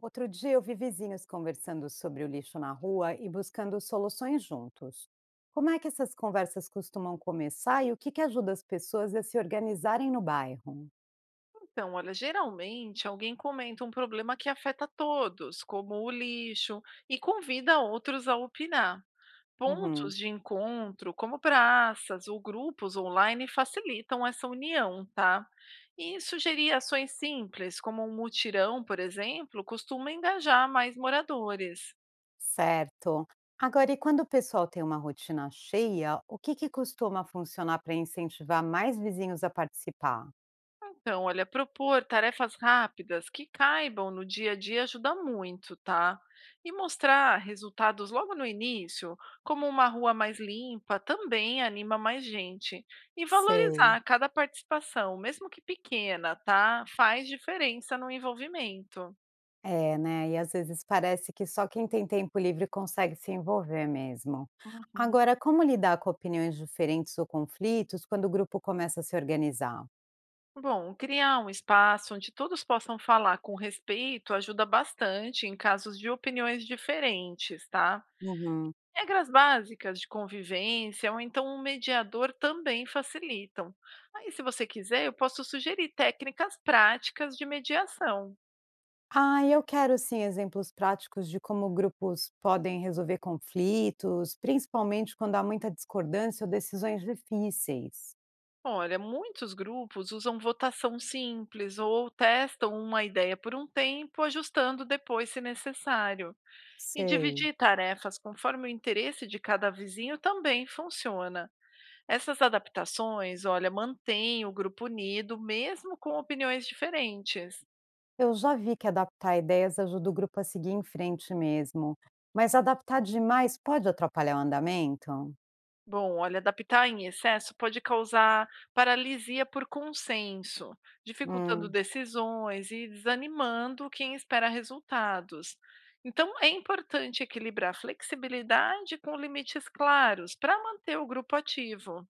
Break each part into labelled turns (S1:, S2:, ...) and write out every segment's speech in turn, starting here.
S1: Outro dia eu vi vizinhos conversando sobre o lixo na rua e buscando soluções juntos. Como é que essas conversas costumam começar e o que ajuda as pessoas a se organizarem no bairro?
S2: Então, olha, geralmente alguém comenta um problema que afeta todos, como o lixo, e convida outros a opinar.
S1: Uhum,
S2: Pontos de encontro, como praças ou grupos online, facilitam essa união, tá? E sugerir ações simples, como um mutirão, por exemplo, costuma engajar mais moradores.
S1: certo. Agora, e quando o pessoal tem uma rotina cheia, o que costuma funcionar para incentivar mais vizinhos a participar?
S2: Então, olha, propor tarefas rápidas que caibam no dia a dia ajuda muito, tá? E mostrar resultados logo no início, como uma rua mais limpa, também anima mais gente. E
S1: Sei.
S2: valorizar cada participação, mesmo que pequena, tá? Faz diferença no envolvimento.
S1: É, né, e às vezes parece que só quem tem tempo livre consegue se envolver mesmo.
S2: Uhum.
S1: Agora, como lidar com opiniões diferentes ou conflitos quando o grupo começa a se organizar?
S2: Bom, criar um espaço onde todos possam falar com respeito ajuda bastante em casos de opiniões diferentes, tá?
S1: Uhum.
S2: Regras básicas de convivência ou então um mediador também facilitam. Aí, se você quiser, eu posso sugerir técnicas práticas de mediação.
S1: Ah, eu quero sim exemplos práticos de como grupos podem resolver conflitos, principalmente quando há muita discordância ou decisões difíceis.
S2: Olha, muitos grupos usam votação simples ou testam uma ideia por um tempo, ajustando depois se necessário. E
S1: Sei.
S2: dividir tarefas conforme o interesse de cada vizinho também funciona. Essas adaptações, olha, mantêm o grupo unido, mesmo com opiniões diferentes.
S1: Eu já vi que adaptar ideias ajuda o grupo a seguir em frente mesmo, mas adaptar demais pode atrapalhar o andamento?
S2: Bom, olha, adaptar em excesso pode causar paralisia por consenso, dificultando
S1: Hum.
S2: decisões e desanimando quem espera resultados. Então, é importante equilibrar flexibilidade com limites claros para manter o grupo ativo.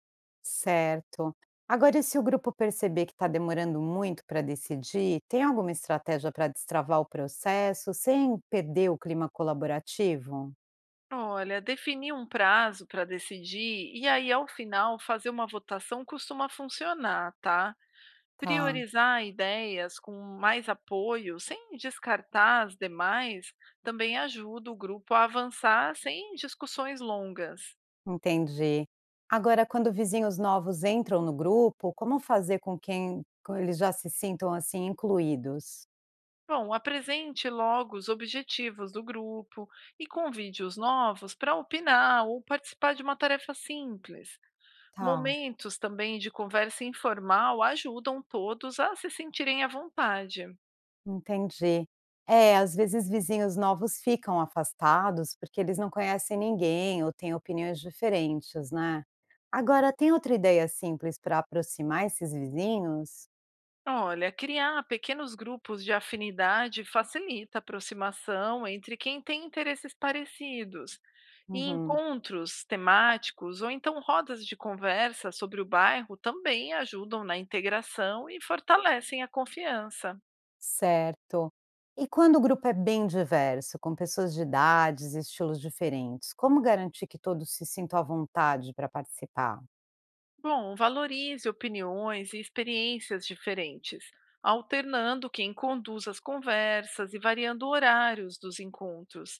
S1: Certo. Agora, e se o grupo perceber que está demorando muito para decidir, tem alguma estratégia para destravar o processo sem perder o clima colaborativo?
S2: Olha, definir um prazo para decidir e aí, ao final, fazer uma votação costuma funcionar, tá?
S1: Tá,
S2: Priorizar ideias com mais apoio, sem descartar as demais, também ajuda o grupo a avançar sem discussões longas.
S1: entendi. Agora, quando vizinhos novos entram no grupo, como fazer com eles já se sintam assim incluídos?
S2: Bom, apresente logo os objetivos do grupo e convide os novos para opinar ou participar de uma tarefa simples.
S1: Tá.
S2: Momentos também de conversa informal ajudam todos a se sentirem à vontade.
S1: Entendi. É, às vezes vizinhos novos ficam afastados porque eles não conhecem ninguém ou têm opiniões diferentes, né? Agora, tem outra ideia simples para aproximar esses vizinhos?
S2: Olha, criar pequenos grupos de afinidade facilita a aproximação entre quem tem interesses parecidos. E
S1: Uhum,
S2: encontros temáticos ou então rodas de conversa sobre o bairro também ajudam na integração e fortalecem a confiança.
S1: certo. E quando o grupo é bem diverso, com pessoas de idades e estilos diferentes, como garantir que todos se sintam à vontade para participar?
S2: Bom, valorize opiniões e experiências diferentes, alternando quem conduz as conversas e variando horários dos encontros.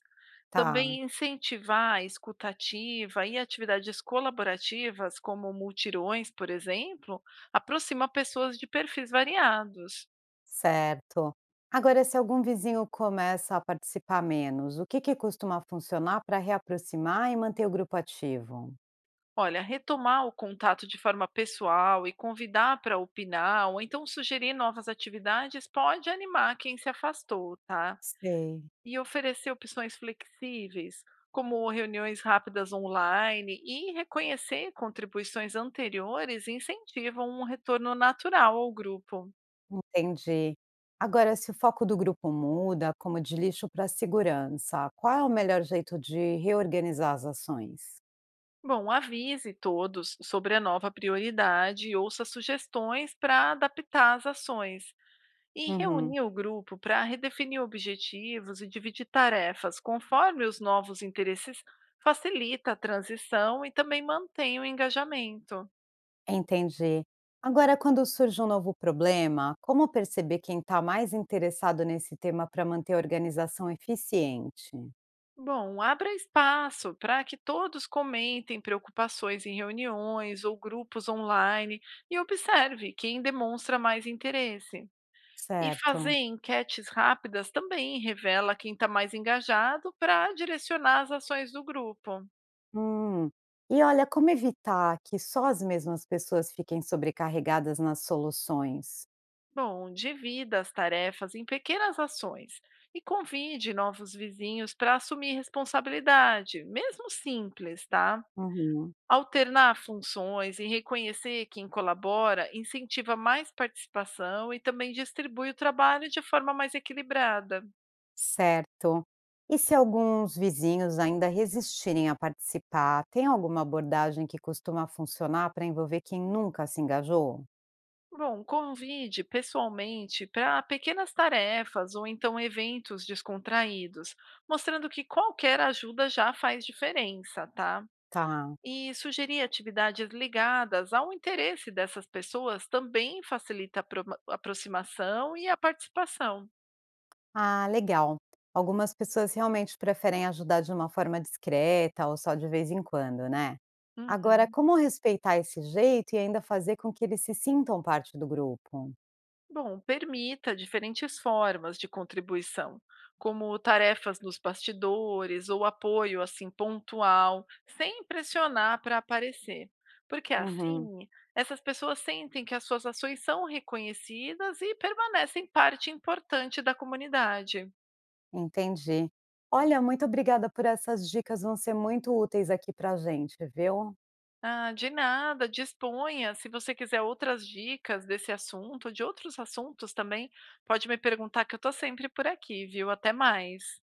S1: Tá.
S2: Também incentivar a escuta ativa e atividades colaborativas, como multirões, por exemplo, aproxima pessoas de perfis variados.
S1: Certo. Agora, se algum vizinho começa a participar menos, o que costuma funcionar para reaproximar e manter o grupo ativo?
S2: Olha, retomar o contato de forma pessoal e convidar para opinar ou então sugerir novas atividades pode animar quem se afastou, tá?
S1: Sei.
S2: E oferecer opções flexíveis, como reuniões rápidas online e reconhecer contribuições anteriores incentivam um retorno natural ao grupo.
S1: Entendi. Agora, se o foco do grupo muda, como de lixo para segurança, qual é o melhor jeito de reorganizar as ações?
S2: Bom, avise todos sobre a nova prioridade e ouça sugestões para adaptar as ações. E
S1: Uhum,
S2: reunir o grupo para redefinir objetivos e dividir tarefas conforme os novos interesses facilita a transição e também mantém o engajamento.
S1: entendi. Agora, quando surge um novo problema, como perceber quem está mais interessado nesse tema para manter a organização eficiente?
S2: Bom, abra espaço para que todos comentem preocupações em reuniões ou grupos online e observe quem demonstra mais interesse. E fazer
S1: Certo.
S2: enquetes rápidas também revela quem está mais engajado para direcionar as ações do grupo.
S1: Hum. E olha, como evitar que só as mesmas pessoas fiquem sobrecarregadas nas soluções?
S2: Bom, divida as tarefas em pequenas ações e convide novos vizinhos para assumir responsabilidade, mesmo simples, tá?
S1: Uhum.
S2: Alternar funções e reconhecer quem colabora incentiva mais participação e também distribui o trabalho de forma mais equilibrada.
S1: Certo. E se alguns vizinhos ainda resistirem a participar, tem alguma abordagem que costuma funcionar para envolver quem nunca se engajou?
S2: Bom, convide pessoalmente para pequenas tarefas ou então eventos descontraídos, mostrando que qualquer ajuda já faz diferença, tá?
S1: Tá.
S2: E sugerir atividades ligadas ao interesse dessas pessoas também facilita a aproximação e a participação.
S1: Ah, legal. Algumas pessoas realmente preferem ajudar de uma forma discreta ou só de vez em quando, né? Agora,
S2: Uhum.
S1: como respeitar esse jeito e ainda fazer com que eles se sintam parte do grupo?
S2: Bom, permita diferentes formas de contribuição, como tarefas nos bastidores ou apoio assim pontual, sem pressionar para aparecer. Porque
S1: Uhum.
S2: assim, essas pessoas sentem que as suas ações são reconhecidas e permanecem parte importante da comunidade.
S1: Entendi. Olha, muito obrigada por essas dicas, vão ser muito úteis aqui pra gente, viu?
S2: Ah, de nada, disponha. Se você quiser outras dicas desse assunto, de outros assuntos também, pode me perguntar que eu estou sempre por aqui, viu? Até mais.